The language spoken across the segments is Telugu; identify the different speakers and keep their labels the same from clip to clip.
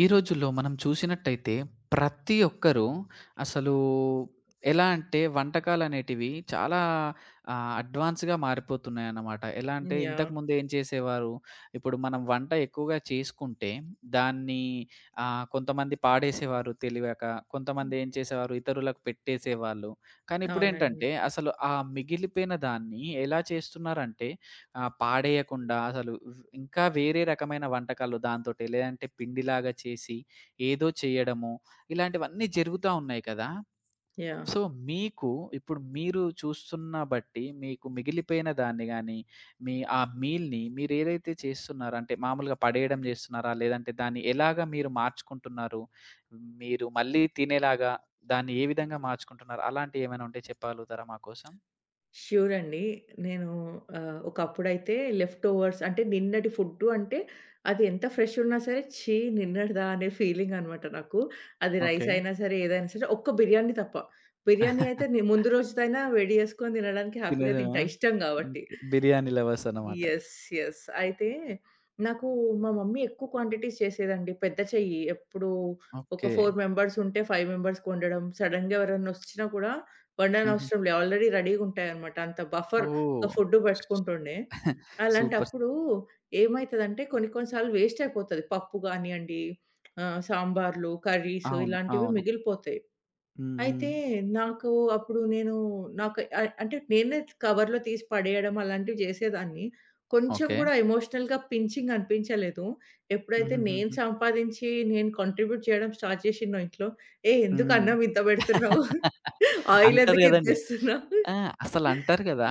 Speaker 1: ఈ రోజుల్లో మనం చూసినట్టయితే ప్రతి ఒక్కరూ అసలు ఎలా అంటే వంటకాలనేటివి చాలా అడ్వాన్స్‌గా మారిపోతున్నాయన్నమాట. ఎలా అంటే
Speaker 2: యాహ్!
Speaker 1: ఇంతకుముందు ఏం చేసేవారు, ఇప్పుడు మనం వంట ఎక్కువగా చేసుకుంటే దాన్ని కొంతమంది పాడేసేవారు తెలివక. కొంతమంది ఏం చేసేవారు ఇతరులకు పెట్టేసేవాళ్ళు. కానీ
Speaker 2: అవునండి.
Speaker 1: ఇప్పుడేంటంటే అసలు ఆ మిగిలిపోయిన దాన్ని ఎలా చేస్తున్నారంటే ఆ! పాడేయకుండా అసలు ఇంకా వేరే రకమైన వంటకాలు దాంతోటి లేదంటే పిండిలాగా చేసి ఏదో చేయడము, ఇలాంటివన్నీ జరుగుతా ఉన్నాయి కదా!
Speaker 2: యాహ్!
Speaker 1: సో, మీకు ఇప్పుడు మీరు చూస్తున్న బట్టి మీకు మిగిలిపోయిన దాన్ని గాని, మీ ఆ మీల్‌ని మీరేదైతే చేస్తున్నారో అంటే మామూలుగా పడేయడం చేస్తున్నారా? లేదంటే దాన్ని ఎలాగా మీరు మార్చుకుంటున్నారు? మీరు మళ్ళీ తినేలాగా దాన్ని ఏ విధంగా మార్చుకుంటున్నారు? అలాంటియేమైనా ఉంటే చెప్పగలుగుతారా మా కోసం?
Speaker 2: ష్యూర్ అండి. నేను ఒకప్పుడైతే లెఫ్ట్ ఓవర్స్ అంటే నిన్నటి ఫుడ్డు అంటే అది ఎంత ఫ్రెష్ ఉన్నా సరే, ఛీ! నిన్నటిదా అనే ఫీలింగ్ అనమాట నాకు. అది
Speaker 1: ఓకే.
Speaker 2: రైస్ అయినా సరే, ఏదైనా సరే ఒక్క బిర్యానీ తప్ప. బిర్యానీ అయితే నే ముందు రోజుదైనా వేడి చేసుకొని తినడానికి హ్యాపీగా
Speaker 1: తినేదేనా?
Speaker 2: తింటా ఇష్టం కాబట్టి.
Speaker 1: ఓకే. బిర్యానీ లవర్స్ అన్నమాట.
Speaker 2: యెస్. యెస్. అయితే నాకు మా మమ్మీ ఎక్కువ క్వాంటిటీస్ చేసేదండి. పెద్ద చెయ్యి. ఎప్పుడూ ఒక
Speaker 1: ఓకే.
Speaker 2: 4 మెంబర్స్ ఉంటే 5 మెంబర్స్‌కి వండడం. సడెన్‌గా ఎవరన్నొచ్చినా కూడా
Speaker 1: హుహు.
Speaker 2: వండనవసరం లే. ఆల్రెడీ రెడీగుంటాయనమాట. అంత
Speaker 1: ఓహ్!
Speaker 2: బఫర్‌గా ఫుడ్ పెట్టుకుంటుండే.
Speaker 1: సూపర్.
Speaker 2: అలాంటప్పుడు ఏమైతదంటే కొన్ని కొన్ని సార్లు వేస్ట్ అయిపోతది. పప్పు గానియ్యండి, సాంబార్లు, కర్రీస్
Speaker 1: అవును,
Speaker 2: ఇలాంటివి
Speaker 1: అవును.
Speaker 2: మిగిలిపోతాయి.
Speaker 1: హ్మ్. హ్మ్.
Speaker 2: అయితే నాకు అప్పుడు నేను నాకు అంటే నేనే కవర్‌లో తీసి పడేయడం అలాంటివి జేసేదాన్ని. కొంచెం
Speaker 1: ఓకే.
Speaker 2: గూడా ఎమోషనల్‌గా పించింగ్ అనిపించలేదు. ఎప్పుడైతే నేను
Speaker 1: హుహుహుహు.
Speaker 2: సంపాదించి నేను కాంట్రిబ్యూట్ చేయడం స్టార్ట్ చేసినో ఇంట్లో, "ఏయ్! ఎందుకు
Speaker 1: హ్మ్.
Speaker 2: అన్నం ఇంత పెడుతున్నావు? ఆయిల్
Speaker 1: అంటారు
Speaker 2: ఎందుకు ఇంత
Speaker 1: గదండీ.
Speaker 2: ఏస్తున్నావు?"
Speaker 1: ఆ! అసలంటారు గదా!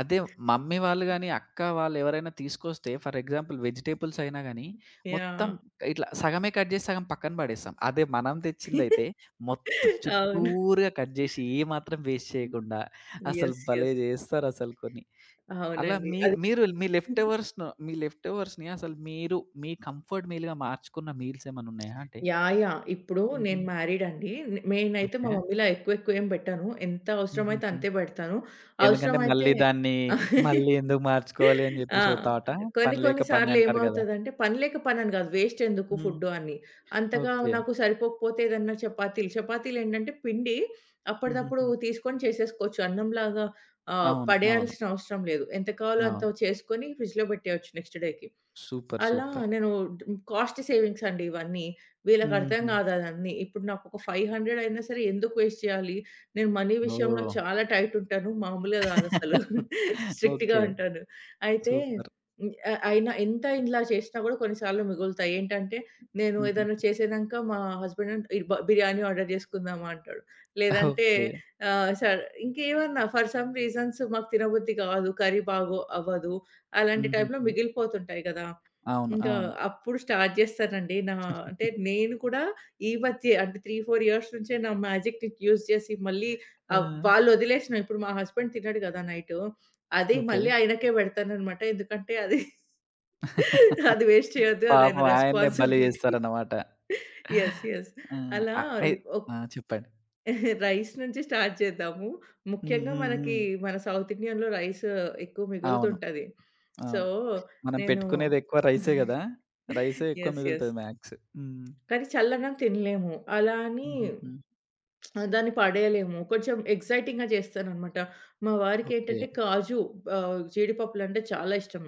Speaker 1: అదే మమ్మీ వాళ్ళు గాని, అక్క వాళ్ళు ఎవరైనా తీసుకొస్తే ఫర్ ఎగ్జాంపుల్ వెజిటబుల్స్ అయినా గాని, మొత్తం
Speaker 2: యాహ్!
Speaker 1: ఇట్లా సగమే కట్ జేసి సగం పక్కన పడేస్తాం. అదే మనం తెచ్చిందయితే మొత్తం
Speaker 2: అవును.
Speaker 1: చుట్టూరుగా కట్ జేసి ఏ మాత్రం వేస్ట్ చేయకుండా అసలు
Speaker 2: యెస్.
Speaker 1: భలే
Speaker 2: యెస్.
Speaker 1: జేస్తారసలు కొన్ని. అలా
Speaker 2: అవునండి.
Speaker 1: మీ
Speaker 2: అది
Speaker 1: మీరు మీ లెఫ్ట్ ఓవర్స్‌ని అసలు మీరు మీ కంఫర్ట్ మీల్‌గా మార్చుకున్న మీల్స్ ఏమన్నున్నాయా అంటే?
Speaker 2: యాహ్! యాహ్! ఇప్పుడు
Speaker 1: హుహు.
Speaker 2: నేను మ్యారీడ్ అండి. నేనైతే మా
Speaker 1: ఓకే.
Speaker 2: మమ్మీలా ఎక్కువ ఎక్కువ ఏం పెట్టను. ఎంత అవసరమైతే
Speaker 1: హుహుహు.
Speaker 2: అంతే పెడతాను.
Speaker 1: ఎందుకంటే
Speaker 2: అవసరమైతే
Speaker 1: మళ్ళీ దాన్ని మళ్ళీ ఎందుకు మార్చుకోవాలి అని
Speaker 2: ఆ!
Speaker 1: జెప్పేసి ఓ థాటా?
Speaker 2: కొన్ని
Speaker 1: పని లేక
Speaker 2: కొన్ని
Speaker 1: పని
Speaker 2: సార్లు
Speaker 1: అంటారు గదా!
Speaker 2: ఏమవుతదంటే పని లేక పనని కాదు వేస్ట్ ఎందుకు
Speaker 1: హ్మ్.
Speaker 2: ఫుడ్డు అని. అంతగా
Speaker 1: ఓకే.
Speaker 2: నాకు సరిపోకపోతే ఏదన్నా చపాతీలు, చపాతీలు ఏంటంటే పిండి అప్పటిదప్పుడు
Speaker 1: హుహుహు.
Speaker 2: తీసుకొని చేసేసుకోవచ్చు. అన్నంలాగా
Speaker 1: అవును, అవును,
Speaker 2: పడేయాల్సిన అవసరం లేదు. ఎంత కావాలో అంత
Speaker 1: అవును.
Speaker 2: చేసుకొని ఫ్రిడ్జ్‌లో పెట్టేయొచ్చు నెక్స్ట్ డేకి.
Speaker 1: సూపర్.
Speaker 2: అలా
Speaker 1: సూపర్.
Speaker 2: నేను కాస్ట్ సేవింగ్స్ అండి ఇవన్నీ. వీళ్ళకర్థం
Speaker 1: హుహుహు.
Speaker 2: కాదు అదన్నీ. ఇప్పుడు నాకొక 500 అయినా సరే ఎందుకు వేస్ట్ చేయాలి? నేను మనీ విషయంలో
Speaker 1: ఓహ్!
Speaker 2: చాలా టైట్ ఉంటాను. మామూలుగా కాదసలు. స్ట్రిక్ట్‌గా
Speaker 1: ఓకే.
Speaker 2: ఉంటాను. అయితే
Speaker 1: సూపర్.
Speaker 2: హ్మ్, అ అయినా ఎంత ఇలా చేసినా కూడా కొన్నిసార్లు మిగులుతాయి. ఏంటంటే నేను
Speaker 1: హుహు.
Speaker 2: ఏదైనా చేసేదాంక మా హస్బెండ్ అండ్ ఇ బ బిర్యానీ ఆర్డర్ చేసుకుందామా అంటాడు. లేదంటే
Speaker 1: ఓకే.
Speaker 2: ఆహ్, సర్ ఇంకేమన్నా ఫర్ సమ్ రీజన్స్ మాకు తినబుద్ధి కాదు. కర్రీ బాగో అవ్వదు. అలాంటి టైంలో
Speaker 1: హుహుహు.
Speaker 2: మిగిలిపోతుంటాయి కదా!
Speaker 1: అవును,
Speaker 2: ఇంకా
Speaker 1: అవును.
Speaker 2: అప్పుడు స్టార్ట్ జేస్తానండి. నా అంటే నేను కూడా ఈ మధ్యే అంటే 3, 4 ఇయర్స్ నుంచే నా మ్యాజిక్‌ని యూజ్ చేసి మళ్ళీ
Speaker 1: ఆ!
Speaker 2: వాళ్ళు వదిలేసినా ఇప్పుడు మా హస్బెండ్ తినడు కదా! నైటు. అది
Speaker 1: ఓకే.
Speaker 2: మళ్ళీ ఆయనకే పెడతాననమాట. ఎందుకంటే అది అది వేస్ట్ చేయొద్దు. అది ఆయన
Speaker 1: పాపం ఆయన్నే బలి
Speaker 2: రెస్పాన్సిబిలిటీ.
Speaker 1: జేస్తారన్నమాట.
Speaker 2: యెస్. యెస్.
Speaker 1: ఆ!
Speaker 2: అలా
Speaker 1: అ అయి
Speaker 2: ఒక్
Speaker 1: ఆ! చెప్పండి.
Speaker 2: రైస్ నుంచి స్టార్ట్ చేద్దాము.
Speaker 1: హ్మ్.
Speaker 2: ముఖ్యంగా
Speaker 1: హ్మ్.
Speaker 2: మనకి
Speaker 1: హ్మ్.
Speaker 2: మన సౌత్ ఇండియన్‌లో రైస్ ఎక్కువ
Speaker 1: అవును,
Speaker 2: మిగులుతుంటది. సో,
Speaker 1: అవును. మనం
Speaker 2: నేను
Speaker 1: పెట్టుకునేదెక్కువ రైసే గదా! రైసే ఎక్కువ
Speaker 2: యెస్. యెస్.
Speaker 1: మిగులుతది మాక్స్. హ్మ్.
Speaker 2: కానీ చల్లన్నం తినలేము. అలా అని
Speaker 1: హుహుహు.
Speaker 2: దాన్ని పడేయలేము. కొంచెం ఎక్సైటింగ్‌గా చేస్తాననమాట. మా
Speaker 1: ఓకే.
Speaker 2: వారికేంటంటే జీడిపప్పులంటే చాలా ఇష్టం.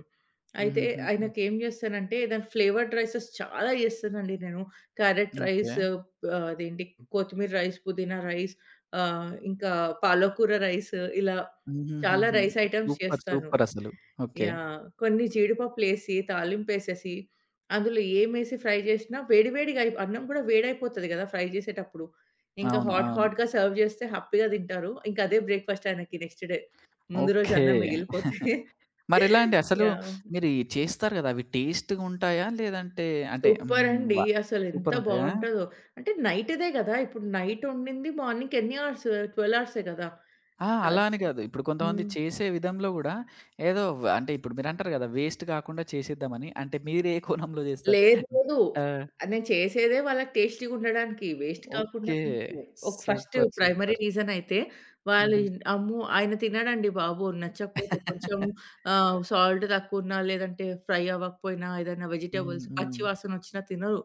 Speaker 2: అయితే
Speaker 1: హుహుహుహు.
Speaker 2: ఆయనకేం చేస్తానంటే దాని ఫ్లేవర్డ్ రైసెస్ చాలా చేస్తానండి నేను. Carrot rice
Speaker 1: okay.
Speaker 2: ఆహ్, అదేంటి కొత్తిమీర రైస్, పుదీనా రైస్ ఇంకా పాలకూర రైస్ ఇలా చాలా
Speaker 1: హుహుహుహు.
Speaker 2: Rice items
Speaker 1: super.
Speaker 2: చేస్తాను.
Speaker 1: సూపరసలు. ఓకే.
Speaker 2: యాహ్! కొన్ని జీడిపప్పులేసి, తాలింపేసేసి, అందులో ఏమేసి ఫ్రై జేసినా వేడివేడిగా అయి అన్నం గూడా వేడైపోతది గదా! ఫ్రై జేసేటప్పుడు. ఇంకా
Speaker 1: అవును,
Speaker 2: హాట్
Speaker 1: అవును.
Speaker 2: హాట్‌గా సర్వ్ జేస్తే హ్యాపీగా తింటారు. ఇంక అదే బ్రేక్‌ఫాస్ట్ ఆయనకి నెక్స్ట్ డే. ముందు రోజు
Speaker 1: ఓకే.
Speaker 2: అన్నం మిగిలిపోతే.
Speaker 1: మరెలా అండి? అసలు
Speaker 2: యాహ్!
Speaker 1: మీరు ఇయి చేస్తారు గదా! అవి టేస్ట్‌గుంటాయా? లేదంటే అంటే హ్మ్. వ
Speaker 2: సూపరండి. అసలెంత
Speaker 1: సూపరుంటాయా?
Speaker 2: బావుంటదో. అంటే నైట్‌దే గదా! ఇప్పుడు నైట్ వండింది మార్నింగ్‌కి ఎన్ని అవర్స్? 12 అవర్సే గదా!
Speaker 1: ఆ! అలా
Speaker 2: అద్
Speaker 1: అని గాదు. ఇప్పుడు కొంతమంది
Speaker 2: హ్మ్.
Speaker 1: చేసే విధంలో గూడా ఏదో వ అంటే ఇప్పుడు మీరంటారు గదా! వేస్ట్ గాకుండా చేసేద్దామని. అంటే మీరే కోణంలో జేస్తారు?
Speaker 2: లేదు. లేదు.
Speaker 1: ఆ!
Speaker 2: నేను చేసేదే వాళ్ళకి టేస్టీగా ఉండడానికి. వేస్ట్ కాకుండా
Speaker 1: ఓకే.
Speaker 2: అని. ఒక first
Speaker 1: super.
Speaker 2: Primary
Speaker 1: super.
Speaker 2: Reason అయితే వాళ్ళు
Speaker 1: హుహు.
Speaker 2: అమ్మో! ఆయన తినడండి బాబు నచ్చకపోతే కొంచెం సాల్ట్ తక్కువున్నా, లేదంటే ఫ్రై అవ్వకపోయినా, ఏదైనా
Speaker 1: హ్మ్.
Speaker 2: వెజిటబుల్స్
Speaker 1: హ్మ్.
Speaker 2: పచ్చి వాసన వచ్చినా తినరు.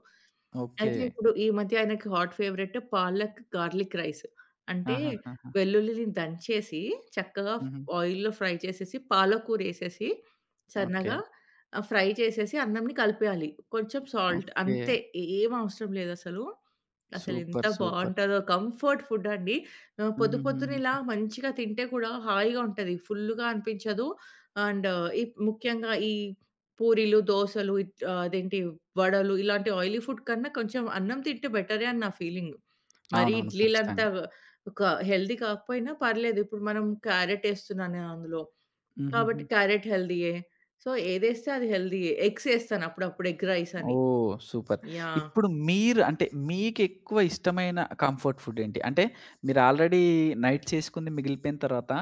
Speaker 1: ఓకే.
Speaker 2: అయితే ఇప్పుడు ఈ మధ్య ఆయనకి hot favourite palak garlic rice. అంటే
Speaker 1: ఆహాహాహా!
Speaker 2: వెల్లుల్లిని దంచేసి చక్కగా
Speaker 1: హుహు.
Speaker 2: ఆయిల్‌లో ఫ్రై చేసేసి పాలకూరేసేసి
Speaker 1: ఓకే.
Speaker 2: సన్నగా ఫ్రై చేసేసి అన్నంని కలిపేయాలి. కొంచెం సాల్ట్
Speaker 1: ఓకే.
Speaker 2: అంతే ఏం అవసరం లేదసలు. అసలెంత
Speaker 1: సూపర్. సూపర్.
Speaker 2: బావుంటదో కంఫర్ట్ ఫుడ్ అండి. పొద్దు పొద్దున ఇలా
Speaker 1: హుహుహుహుహు.
Speaker 2: మంచిగా తింటే కూడా హాయిగా ఉంటది. ఫుల్లుగా అనిపించదు. అండ్ ఈ ముఖ్యంగా ఈ పూరీలు, దోసలు ఇట్ ఆహ్, అదేంటి వడలు ఇలాంటి ఆయిలీ ఫుడ్ కన్నా కొంచెం అన్నం తింటే బెటరే అని నా ఫీలింగు. మరి
Speaker 1: అవునవును,
Speaker 2: ఇడ్లీలంతా
Speaker 1: ఖచ్చితంగా.
Speaker 2: ఒక హెల్తీ కాకపోయినా పర్లేదు. ఇప్పుడు మనం క్యారట్ ఏస్తున్నా నేను అందులో. కాబట్టి
Speaker 1: హుహుహు.
Speaker 2: క్యారట్ హెల్తీయే. సో, ఏదేస్తే అది హెల్తీయే. ఎగ్స్ ఏస్తాను అప్పుడప్పుడు ఎగ్ రైస్ అని.
Speaker 1: ఓహ్! సూపర్.
Speaker 2: యాహ్!
Speaker 1: ఇప్పుడు మీరు అంటే మీకెక్కువ ఇష్టమైన కంఫర్ట్ ఫుడ్ ఏంటి? అంటే మీరు ఆల్రెడీ నైట్ చేసుకుంది మిగిలిపోయిన తర్వాత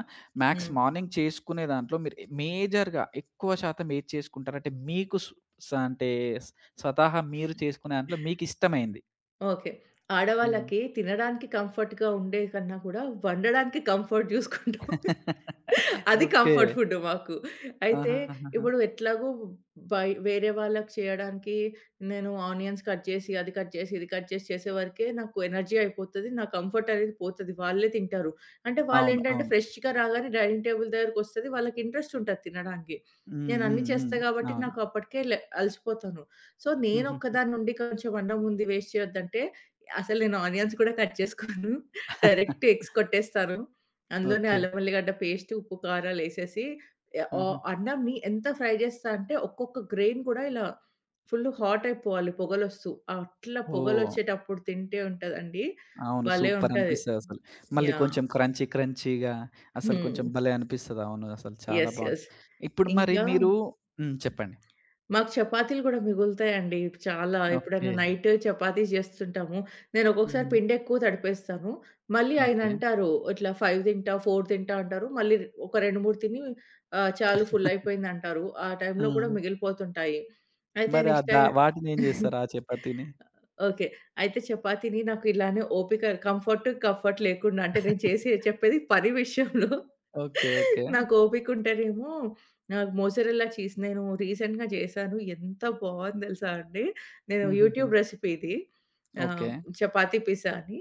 Speaker 1: మాక్స్
Speaker 2: హ్మ్.
Speaker 1: మార్నింగ్ చేసుకునే దాంట్లో మీరు మేజర్‌గా ఎక్కువ శాతం ఏది చేసుకుంటారు? అంటే మీకు స్ స అంటే స్ స్వతహా మీరు చేసుకునే దాంట్లో మీకిష్టమైంది.
Speaker 2: ఓకే.
Speaker 1: హ్మ్.
Speaker 2: ఆడవాళ్ళకి తినడానికి కంఫర్ట్‌గా ఉండే కన్నా కూడా వండడానికి కంఫర్ట్ జూసుకుంటాం. అది
Speaker 1: ఓకే.
Speaker 2: కంఫర్ట్ ఫుడ్ మాకు. అయితే
Speaker 1: ఆహాహాహా!
Speaker 2: ఇప్పుడు ఎట్లాగో వేరే వాళ్ళకి చేయడానికి నేను ఆనియన్స్ కట్ చేసి, అది కట్ చేసి, ఇది కట్ చేసి చేసేవరకే నాకు ఎనర్జీ అయిపోతది. నా కంఫర్ట్ అనేది పోతది. వాళ్ళే తింటారు. అంటే
Speaker 1: అవును,
Speaker 2: వాళ్ళేంటంటే
Speaker 1: అవును.
Speaker 2: ఫ్రెష్‌గా రాగానే డైనింగ్ టేబుల్ దగ్గరకొస్తది. వాళ్ళకి ఇంట్రెస్ట్ ఉంటది తినడానికి.
Speaker 1: హ్మ్.
Speaker 2: నేనన్నీ
Speaker 1: హ్మ్. హ్మ్.
Speaker 2: చేస్తా కాబట్టి
Speaker 1: అవును.
Speaker 2: నాకు అప్పటికే అలసిపోతాను. సో,
Speaker 1: హుహుహు.
Speaker 2: నేనొక్కదాన్నుండి కొంచెం అన్నం ఉంది వేస్ట్ చేయొద్దంటే అసలు నేను ఆనియన్స్ కూడా కట్ చేసుకోను. డైరెక్ట్ ఎగ్స్ కొట్టేస్తాను. అందులోనే
Speaker 1: ఓకే.
Speaker 2: అల్లం ఎల్లిగడ్డ పేస్ట్, ఉప్పు, కారాలేసేసి ఆహ్,
Speaker 1: హుహు.
Speaker 2: ఆహ్, అన్నంని ఎంత ఫ్రై చేస్తా అంటే ఒక్కొక్క గ్రెయిన్ కూడా ఇలా ఫుల్ హాట్ అయిపోవాలి పొగలొస్తూ. అట్లా
Speaker 1: ఓహ్!
Speaker 2: పొగలొచ్చేటప్పుడు తింటే ఉంటదండి.
Speaker 1: అవును.
Speaker 2: భలే ఉంటది.
Speaker 1: సూపరనిపిస్తదసలు. మళ్ళీ
Speaker 2: యాహ్!
Speaker 1: కొంచెం క్రంచీ క్రంచీగా అసలు
Speaker 2: హ్మ్.
Speaker 1: కొంచెం భలే అనిపిస్తది. అవును, అసలు చాలా
Speaker 2: యెస్.
Speaker 1: బావుంది.
Speaker 2: యెస్.
Speaker 1: ఇప్పుడు మరి
Speaker 2: ఇంకా
Speaker 1: మీరు హ్మ్. చెప్పండి.
Speaker 2: మాకు చపాతీలు గూడా మిగులుతాయండి. చాలా
Speaker 1: ఓకే.
Speaker 2: ఎప్పుడైనా నైట్ చపాతీ జేస్తుంటాము. నేను ఒక్కొక్కసారి
Speaker 1: హ్మ్.
Speaker 2: పిండి ఎక్కువ తడిపేస్తాను. మళ్ళీ ఆయన
Speaker 1: ఓకే.
Speaker 2: అంటారు, "ఇట్లా 5 తింటా, 4 తింటా" అంటారు. మళ్ళీ ఒక 2, 3 తిని చాలు ఫుల్ అయిపోయిందంటారు. ఆ
Speaker 1: ఆ!
Speaker 2: టైంలో కూడా మిగిలిపోతుంటాయి. అయితే
Speaker 1: మరి ఆ
Speaker 2: నెక్స్ట్
Speaker 1: ద
Speaker 2: టైం
Speaker 1: వాటినేం జేస్తారు? ఆ చపాతీని?
Speaker 2: ఓకే. అయితే చపాతీని నాకు ఇలానే ఓపిక కంఫర్ట్ లేకుండా అంటే నేను చేసి చెప్పేది పని విషయంలో
Speaker 1: ఓకే. ఓకే.
Speaker 2: నాకు ఓపిక ఉంటేనేమో నాకు మోజరెల్లా చీజ్ నేను రీసెంట్‌గా చేశాను. ఎంత బావుంది తెలుసా అండి. నేను
Speaker 1: హుహుహు.
Speaker 2: యూట్యూబ్ రెసిపీ ఇది. ఆహ్,
Speaker 1: ఓకే.
Speaker 2: చపాతీ పిజ్జా అని.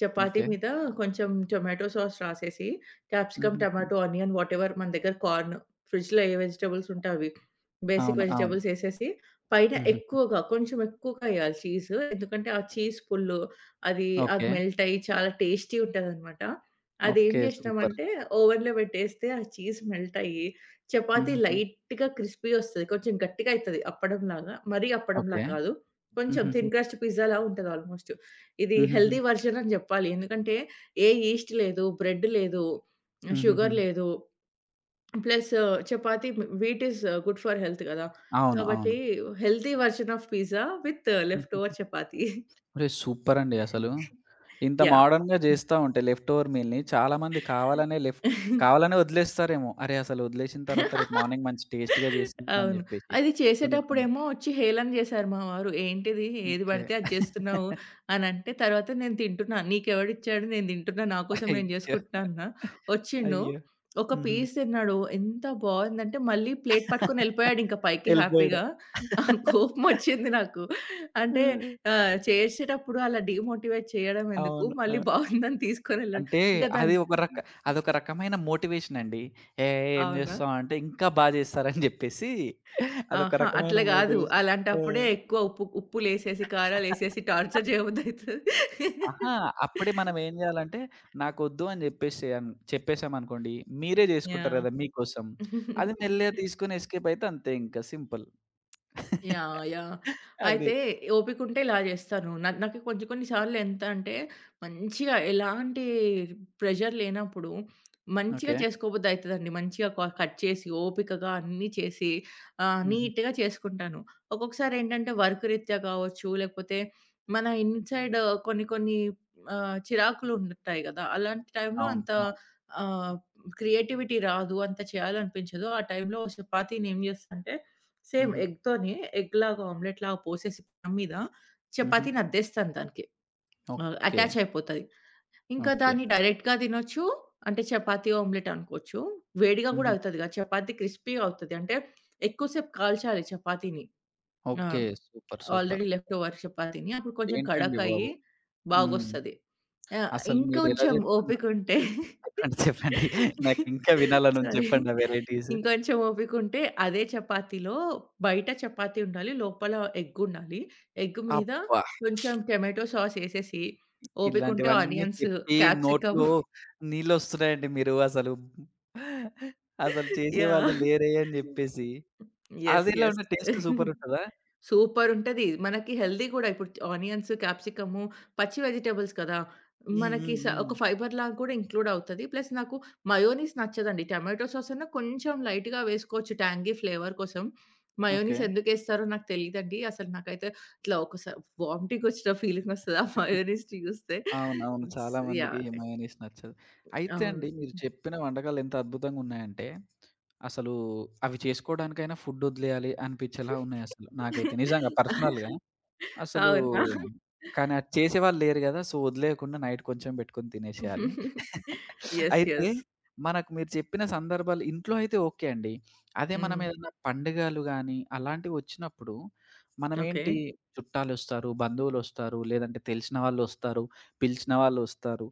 Speaker 2: చపాతీ
Speaker 1: ఓకే.
Speaker 2: మీద కొంచెం టొమాటో సాస్ రాసేసి, క్యాప్సికమ్,
Speaker 1: హుహుహు.
Speaker 2: టమాటో, ఆనియన్ వాటెవర్ మన దగ్గర కార్న్ ఫ్రిడ్జ్‌లో ఏ వెజిటబుల్స్ ఉంటే అవి. బేసిక్
Speaker 1: అవును, అవును.
Speaker 2: వెజిటబుల్స్ ఏసేసి, పైన
Speaker 1: హుహుహు.
Speaker 2: కొంచెం ఎక్కువగా ఎయాలి చీజు. ఎందుకంటే ఆ చీజ్ పుల్లు అది అది
Speaker 1: ఓకే.
Speaker 2: మెల్ట్ అయ్యి చాలా టేస్టీ ఉంటదనమాట. అదేం
Speaker 1: ఓకే. సూపర్.
Speaker 2: చేసినామంటే ఓవెన్‌లో పెట్టేస్తే ఆ చీజ్ మెల్ట్ అయ్యి చపాతీ
Speaker 1: హుహుహు.
Speaker 2: లైట్‌గా క్రిస్పీ ఒస్తది. కొంచెం గట్టిగా అయితది అప్పడంలాగా. మరీ అప్పడంలా
Speaker 1: ఓకే.
Speaker 2: కాదు. కొంచెం
Speaker 1: హుహుహు.
Speaker 2: థిన్ క్రస్ట్ పిజ్జాలా ఉంటది ఆల్‌మోస్ట్. ఇది
Speaker 1: హుహుహు.
Speaker 2: హెల్తీ వర్షన్ అని జెప్పాలి. ఎందుకంటే ఏ ఈస్ట్ లేదు, బ్రెడ్ లేదు,
Speaker 1: హుహుహు.
Speaker 2: షుగర్ లేదు. Plus chapati wheat is good for health గదా!
Speaker 1: అవును, అవును.
Speaker 2: కాబట్టి healthy version of pizza with left
Speaker 1: హుహు.
Speaker 2: ఓవర్ చపాతీ.
Speaker 1: ఒరేయ్! సూపరండి అసలు. ఇంత
Speaker 2: యాహ్!
Speaker 1: మోడర్న్‌గా జేస్తా ఉంటే లెఫ్ట్ ఓవర్ మీల్‌ని చాలామంది కావాలనే వదిలేస్తారేమో. అరే! అసలు వదిలేసిన తర్వాత రేపు మార్నింగ్ మంచి టేస్ట్‌గా చేస్తుందని
Speaker 2: అవును.
Speaker 1: జెప్పేసి.
Speaker 2: అది
Speaker 1: కొన్ని కొన్ని.
Speaker 2: చేసేటప్పుడేమో ఒచ్చి హేళన జేశారు మా వారు. "ఏంటిది ఏది
Speaker 1: ఓకే.
Speaker 2: బడితే అది జేస్తున్నావు" అనంటే, తర్వాత నేను తింటున్నా. "నీకెవడిచ్చాడు నేను తింటున్నా, నా కోసం నేను
Speaker 1: అయ్యో!
Speaker 2: జేసుకుంటున్నా" అన్నా. ఒచ్చిండు,
Speaker 1: అయ్యో!
Speaker 2: ఒక
Speaker 1: హుహు.
Speaker 2: పీస్ తిన్నాడు. ఎంత బావుందంటే, మళ్ళీ ప్లేట్ పట్టుకొని ఎళ్ళిపోయాడింక పైకి
Speaker 1: ఎళ్ళిపోయాడు.
Speaker 2: హ్యాపీగా. కోపమొచ్చింది నాకు. అంటే
Speaker 1: హ్మ్.
Speaker 2: చేసేటప్పుడు అలా డీమోటివేట్ చేయడం ఎందుకు,
Speaker 1: అవును. ఆ!
Speaker 2: మళ్ళీ బావుందని తీసుకొనెళ్ళాడు.
Speaker 1: అంటే
Speaker 2: ఇంకా
Speaker 1: అది
Speaker 2: దాన్ని
Speaker 1: ఒక రక అదొక రకమైన మోటివేషన్ అండి. ఏ ఏం
Speaker 2: అవునా?
Speaker 1: జేస్తావంటే ఇంకా బా జేస్తారని జెప్పేసి అదొక
Speaker 2: ఆహా!
Speaker 1: రకమైన
Speaker 2: అట్లా గాదు.
Speaker 1: మోటివేషన్. ఆ!
Speaker 2: అలాంటప్పుడే ఎక్కువ ఉప్పులేసేసి, కారాలేసేసి టార్చర్ చేయబుద్దయితది.
Speaker 1: అహా! అప్పుడే మనం ఏం జేయాలంటే, నాకొద్దు అని జెప్పేసేయం చెప్పేసామనుకోండి, మీరే జేసుకుంటారు గదా! మీకోసం.
Speaker 2: యాహ్!
Speaker 1: అది మెల్లగా తీసుకొని ఎస్కేప్ అయితే అంతే ఇంకా సింపుల్.
Speaker 2: యాహ్! యాహ్!
Speaker 1: అది.
Speaker 2: అయితే ఓపికుంటే ఇలా జేస్తాను. నాకు కొంచెం కొన్ని సార్లు ఎంత అంటే మంచిగా ఎలాంటి ప్రెషర్ లేనప్పుడు మంచిగా
Speaker 1: ఓకే.
Speaker 2: చేసుకోబుద్దయితదండి. మంచిగా కట్ చేసి ఓపికగా అన్నీ చేసి
Speaker 1: హుహు.
Speaker 2: నీట్‌గా చేసుకుంటాను. ఒక్కొక్కసారి ఏంటంటే వర్క్ రీత్యా కావచ్చు, లేకపోతే మన ఇన్‌సైడ్ కొన్ని కొన్ని చిరాకులు ఉంటాయి గదా! అలాంటి టైంలో
Speaker 1: అవును,
Speaker 2: అంత
Speaker 1: అవును.
Speaker 2: ఆహ్, క్రియేటివిటీ రాదు. అంత చేయాలనిపించదు. ఆ టైంలో చపాతీని ఏం చేస్తా అంటే సేమ్
Speaker 1: హుహు.
Speaker 2: ఎగ్‌తోనే ఎగ్‌లాగా ఆమ్లెట్‌లాగా పోసేసి పెనం మీద
Speaker 1: హుహు.
Speaker 2: చపాతీని అద్దేస్తాను దానికి.
Speaker 1: ఓకే.
Speaker 2: అటాచ్ అయిపోతది. ఇంకా
Speaker 1: ఓకే.
Speaker 2: దాన్ని డైరెక్ట్‌గా తినొచ్చు. అంటే చపాతీ ఆమ్లెట్ అనుకోవచ్చు. వేడిగా గూడా
Speaker 1: హుహు.
Speaker 2: అవుతది కదా! చపాతీ క్రిస్పీ‌గా అవుతది. అంటే ఎక్కువ సేపు కాల్చాలి చపాతీని. ఆ!
Speaker 1: Okay. Super. Super.
Speaker 2: Already left over చపాతీని. అప్పుడు కొంచెం
Speaker 1: ఏంటండి
Speaker 2: కడకయ్యి
Speaker 1: బాబు! హ్మ్.
Speaker 2: బాగొస్తది.
Speaker 1: అసలు మీరెలా
Speaker 2: ఇంకొంచెం
Speaker 1: జెప్తున్నారు
Speaker 2: ఓపికుంటే
Speaker 1: చెప్పండి, చెప్పండి. నాకింకా వినాలనుంది
Speaker 2: సారీ.
Speaker 1: చెప్పండి ఆ వెరైటీస్.
Speaker 2: ఇంకొంచెం ఓపికుంటే అదే చపాతీలో బయట చపాతీ ఉండాలి. లోపల ఎగ్ ఉండాలి. ఎగ్ మీద
Speaker 1: అబ్బా!
Speaker 2: కొంచెం టొమాటో సాస్ ఏసేసి ఓపికుంటే
Speaker 1: ఇలాంటివన్నీ
Speaker 2: ఆనియన్స్,
Speaker 1: చెప్పి
Speaker 2: క్యాప్సికమ్
Speaker 1: నోట్లో నీళ్ళొస్తున్నాయండి మీరు అసలు. అసలు చేసేవాళ్ళు
Speaker 2: యాహ్!
Speaker 1: లేరే అని జెప్పేసి.
Speaker 2: యెస్.
Speaker 1: అదెలా
Speaker 2: యెస్.
Speaker 1: ఉంటది టేస్ట్ సూపరుంటదా?
Speaker 2: సూపరుంటది. మనకి హెల్తీ కూడా. ఇప్పుడు ఆనియన్స్, క్యాప్సికము, పచ్చి వెజిటబుల్స్ కదా!
Speaker 1: హ్మ్.
Speaker 2: మనకి
Speaker 1: హ్మ్. హ్మ్.
Speaker 2: ఒక ఫైబర్‌లా కూడా ఇంక్లూడ్ అవుతది. ప్లస్ నాకు మయోనీస్ నచ్చదండి. టొమాటో సాస్ అన్నా కొంచెం లైట్‌గా వేసుకోవచ్చు ట్యాంగీ ఫ్లేవర్ కోసం.
Speaker 1: ఓకే.
Speaker 2: మయోనీస్ ఎందుకేస్తారో నాకు తెలీదండి. అసలు నాకైతే ఇట్లా ఒకసారి వామిటింగొచ్చిన ఫీలింగొస్తది ఆ మయోనీస్ చూస్తే.
Speaker 1: అవునవును,
Speaker 2: ఇట్స్
Speaker 1: చాలా మందికి
Speaker 2: యాహ్!
Speaker 1: మయోనీస్ నచ్చదు. అయితే
Speaker 2: అవును.
Speaker 1: అండి మీరు చెప్పిన వంటకాలు ఎంత అద్భుతంగున్నాయంటే, అసలు అవి చేసుకోవడానికైనా ఫుడ్ ఒదిలేయాలి అనిపిచ్చేలా ఉన్నాయసలు. నాకైతే నిజంగా పర్సనల్‌గా. అసలూ
Speaker 2: అవునా?
Speaker 1: కానీ అది చేసేవాళ్ళు లేరు గదా! సో, వదిలేయకుండా నైట్ కొంచెం బెట్టుకొని తినేషేయాలి.
Speaker 2: యెస్.
Speaker 1: అయితే
Speaker 2: యెస్.
Speaker 1: మనకు మీరు చెప్పిన సందర్భాలు ఇంట్లో అయితే ఓకే అండి. అదే
Speaker 2: హ్మ్.
Speaker 1: మనమేదన్నా పండుగలు గానీ, అలాంటివొచ్చినప్పుడు
Speaker 2: ఓకే.
Speaker 1: మనమేంటి చుట్టాలొస్తారు, బంధువులొస్తారు, లేదంటే తెలిసిన వాళ్ళొస్తారు, పిలిచిన వాళ్ళొస్తారు,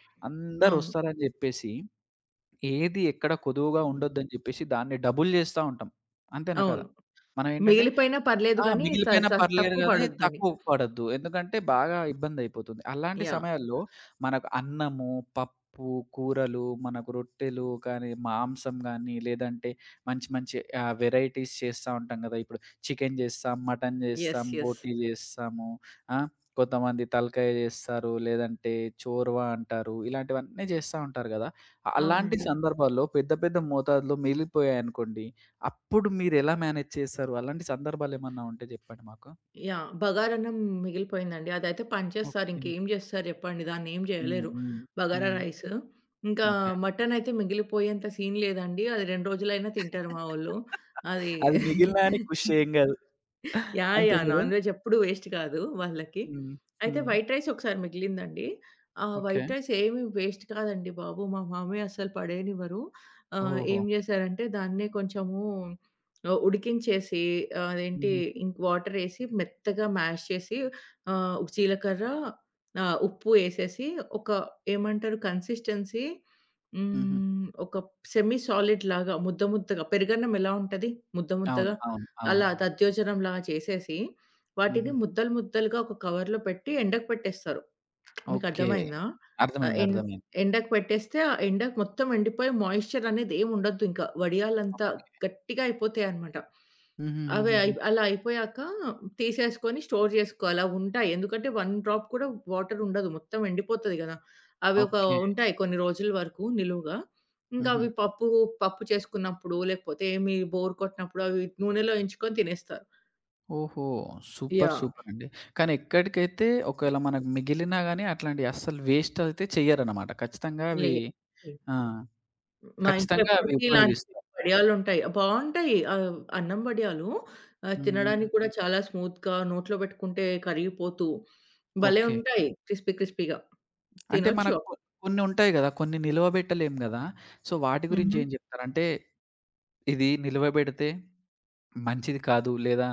Speaker 2: అవును.
Speaker 1: అందరొస్తారని జెప్పేసి ఏది ఎక్కడ కొదువుగా ఉండొద్దని జెప్పేసి దాన్ని డబుల్ జేస్తా ఉంటాం. అంతేనా కదా!
Speaker 2: అవును.
Speaker 1: మనమేంటంటే
Speaker 2: మిగిలిపోయినా పర్లేదు
Speaker 1: ఆ!
Speaker 2: గానీ, స
Speaker 1: మిగిలిపోయినా
Speaker 2: స
Speaker 1: పర్లేదు
Speaker 2: తక్కువ
Speaker 1: గానీ
Speaker 2: పడొద్దని.
Speaker 1: తక్కువ పడొద్దు. ఎందుకంటే బాగా ఇబ్బందయిపోతుంది. అలాంటి
Speaker 2: యాహ్!
Speaker 1: సమయాల్లో మనకు అన్నము, పప్పు, కూరలు, మనకు రొట్టెలు కానీ, మాంసం గానీ, లేదంటే మంచి మంచి వెరైటీస్ చేస్తా ఉంటాం గదా! ఇప్పుడు చికెన్ చేస్తాం, మటన్ చేస్తాం,
Speaker 2: యెస్. యెస్.
Speaker 1: బోటీ చేస్తాము. ఆ! కొంతమంది తలకాయ చేస్తారు, లేదంటే చోర్వా అంటారు. ఇలాంటివన్నీ చేస్తా ఉంటారు గదా! అలాంటి
Speaker 2: అవునండి.
Speaker 1: సందర్భాల్లో పెద్ద పెద్ద మోతాదులో మిగిలిపోయాయనుకోండి అప్పుడు మీరెలా మేనేజ్ చేశారు? అలాంటి సందర్భాలేమన్నా ఉంటే జెప్పండి మాకు?
Speaker 2: యాహ్! బగారన్నం మిగిలిపోయిందండి. అదైతే పంచేస్తారు.
Speaker 1: ఓకే.
Speaker 2: ఇంకేం జేస్తారు జెప్పండి? దాన్నేం
Speaker 1: హ్మ్.
Speaker 2: జేయలేరు.
Speaker 1: హ్మ్.
Speaker 2: బగారా
Speaker 1: హ్మ్.
Speaker 2: రైస్. ఇంకా
Speaker 1: ఓకే.
Speaker 2: మటనయితే మిగిలిపోయేంత సీన్ లేదండి. అది 2 రోజులైనా తింటారు మా వోళ్ళు. అది
Speaker 1: అది మిగిలినా అని ఖుషి ఏం గాదు.
Speaker 2: యాహ్!
Speaker 1: అంతే
Speaker 2: యాహ్!
Speaker 1: గదా!
Speaker 2: నాన్ వెజ్ ఎప్పుడు వేస్ట్ కాదు వాళ్ళకి.
Speaker 1: హ్మ్.
Speaker 2: అయితే
Speaker 1: హ్మ్.
Speaker 2: వైట్ రైస్ ఒకసారి మిగిలిందండి. ఆ
Speaker 1: ఓకే.
Speaker 2: వైట్ రైస్ ఏమి వేస్ట్ కాదండి బాబు! మా మామయ్య అస్సలు పడేయనివ్వరు.
Speaker 1: ఓహో!
Speaker 2: ఏం చేశారంటే దాన్నే కొంచెము ఉడికించేసి ఆ, అదేంటి
Speaker 1: హుహుహు.
Speaker 2: ఇంక్ వాటరేసి మెత్తగా మ్యాష్ చేసి జీలకర్ర ఉప్పు ఏసేసి ఒక ఏమంటారు కన్సిస్టెన్సీ
Speaker 1: హుహు.
Speaker 2: ఒక సెమీ సాలిడ్ లాగా ముద్ద ముద్దగా పెరుగన్నం ఎలా ఉంటది ముద్ద
Speaker 1: అవును,
Speaker 2: ముద్దగా
Speaker 1: అవును, అవును.
Speaker 2: అలా దధ్యోజనంలా చేసేసి, వాటిని
Speaker 1: హుహు.
Speaker 2: ముద్దలు ముద్దలుగా ఒక కవర్‌లో పెట్టి ఎండకు పెట్టేస్తారు.
Speaker 1: ఓకే.
Speaker 2: మీకర్థమైందా? ఆహ్,
Speaker 1: అర్థమైంది,
Speaker 2: ఎన్
Speaker 1: అర్థమైంది.
Speaker 2: ఎండకు పెట్టేస్తే ఆ ఎండకు మొత్తం ఎండిపోయి మాయిశ్చర్ అనేది ఏమి ఉండొద్దు ఇంకా. వడియాలంత గట్టిగా అయిపోతాయన్నమాట. అవి అయి
Speaker 1: హుహుహుహుహు.
Speaker 2: అలా అయిపోయాక తీసేసుకొని స్టోర్ జేసుకోవాలి. అవుంటాయి. ఎందుకంటే 1 డ్రాప్ కూడా వాటర్ ఉండదు. మొత్తం ఎండిపోతది గదా! అవి ఒక
Speaker 1: ఓకే.
Speaker 2: ఉంటాయి కొన్ని రోజుల వరకు నిలువుగా. ఇంకా
Speaker 1: హుహు.
Speaker 2: అవి పప్పు చేసుకున్నప్పుడు లేకపోతే ఏమి బోర్ కొట్టినప్పుడు అవి నూనెలో ఎంచుకొని తినేస్తారు.
Speaker 1: ఓహో! సూపర్.
Speaker 2: యాహ్!
Speaker 1: సూపర్ అండి. కానీ ఎక్కడికైతే ఒకవేళ మనకు మిగిలినా గాని అట్లాంటియి అస్సలు వేస్ట్ అయితే చెయ్యరనమాట. ఖచ్చితంగా అవి
Speaker 2: లేదు.
Speaker 1: ఆ!
Speaker 2: మా ఇంట్లో
Speaker 1: ఖచ్చితంగా అవి
Speaker 2: ఎప్పటికి ఇలాంటి
Speaker 1: ఉపయోగిస్తాం.
Speaker 2: వడియాలుంటాయి. బావుంటాయి. అన్నం వడియాలు.
Speaker 1: హ్మ్.
Speaker 2: తినడానికి కూడా చాలా స్మూత్‌గా నోట్లో పెట్టుకుంటే కరిగిపోతూ భలే
Speaker 1: ఓకే.
Speaker 2: ఉంటాయి. క్రిస్పీ క్రిస్పీగా
Speaker 1: అంటే
Speaker 2: తినొచ్చు.
Speaker 1: మనకు కొన్ని ఉంటాయి గదా! కొన్ని నిలువబెట్టలేం గదా! సో, వాటి గురించి
Speaker 2: హుహు.
Speaker 1: ఏం జెప్తారు? అంటే ఇది నిలువబెడితే మంచిది కాదు. లేదా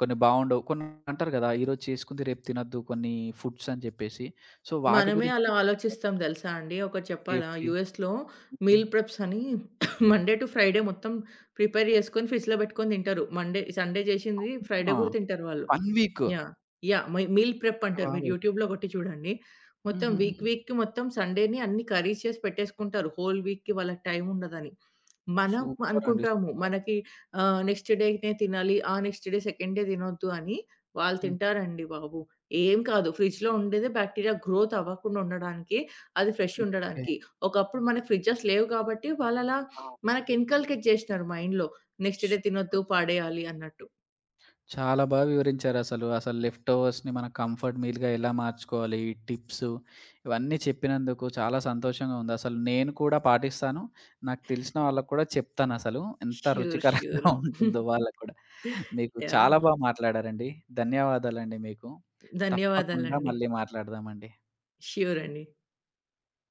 Speaker 1: కొన్ని బావుండవు. కొన్ని అంటారు గదా! ఈరోజు చేసుకుంది రేపు తినొద్దు కొన్ని ఫుడ్స్ అని జెప్పేసి. సో, వాటి
Speaker 2: మనమే
Speaker 1: గురించి
Speaker 2: అలా
Speaker 1: ఏం చెప్తారు?
Speaker 2: ఆలోచిస్తాం తెలుసా అండి. ఒకటి చెప్పాలా?
Speaker 1: సేఫ్టీ.
Speaker 2: యూఎస్‌లో
Speaker 1: హ్మ్.
Speaker 2: మీల్ ప్రెప్స్ అని మండే టు ఫ్రైడే మొత్తం ప్రిపేర్ చేసుకొని ఫ్రిడ్జ్‌లో పెట్టుకొని తింటారు. మండే సండే చేసింది ఫ్రైడే
Speaker 1: ఆ!
Speaker 2: కూడా తింటారు వాళ్ళు.
Speaker 1: 1 week.
Speaker 2: Yeah! Yeah! My meal prep
Speaker 1: అయ్య
Speaker 2: అంటారు. మీరు
Speaker 1: బాబోయ్!
Speaker 2: యూట్యూబ్‌లో కొట్టి చూడండి. మొత్తం వీక్
Speaker 1: హుహుహు.
Speaker 2: వీక్‌కి మొత్తం సండేని అన్ని కర్రీస్ చేసి పెట్టేసుకుంటారు. హోల్ వీక్‌కి వాళ్ళకి టైం ఉండదని. మనం
Speaker 1: సూపరండి.
Speaker 2: అనుకుంటాము.
Speaker 1: సూపర్.
Speaker 2: మనకి నెక్స్ట్ డేనే తినాలి. ఆ నెక్స్ట్ డే సెకండ్ డే తినొద్దు అని. వాళ్ళు
Speaker 1: హ్మ్.
Speaker 2: తింటారండి బాబు. ఏం కాదు. ఫ్రిడ్జ్‌లో ఉండేదే బాక్టీరియా గ్రోత్ అవ్వకుండా ఉండడానికి. అది ఫ్రెష్
Speaker 1: ఓకే.
Speaker 2: ఉండడానికి. ఒకప్పుడు మనకు ఫ్రిడ్జెస్ లేవు కాబట్టి వాళ్ళు అలా
Speaker 1: ఆ!
Speaker 2: మనకి ఇన్కల్కేట్ చేసినారు మైండ్‌లో. నెక్స్ట్ డే తినొద్దు,
Speaker 1: సూపర్.
Speaker 2: పడేయాలి అన్నట్టు.
Speaker 1: చాలా బాగా వివరించారసలు. అసలు అసలు లెఫ్ట్ ఓవర్స్‌ని మన కంఫర్ట్ మీల్‌గా ఎలా మార్చుకోవాలి, ఈ టిప్స్ ఇవన్నీ చెప్పినందుకు చాలా సంతోషంగా ఉంది. అసలు నేను కూడా పాటిస్తాను. నాకు తెలిసిన వాళ్ళకి కూడా చెప్తానసలు. ఎంత
Speaker 2: ష్యూర్.
Speaker 1: రుచికరంగా
Speaker 2: ష్యూర్.
Speaker 1: ఉంటుందో వాళ్ళకి కూడా. మీకు చాలా
Speaker 2: యాహ్!
Speaker 1: బాగా మాట్లాడారండి. ధన్యవాదాలండి మీకు. తప్పకుండా
Speaker 2: ధన్యవాదాలండి.
Speaker 1: మళ్ళీ మాట్లాడదామండి.
Speaker 2: ష్యూర్ అండి.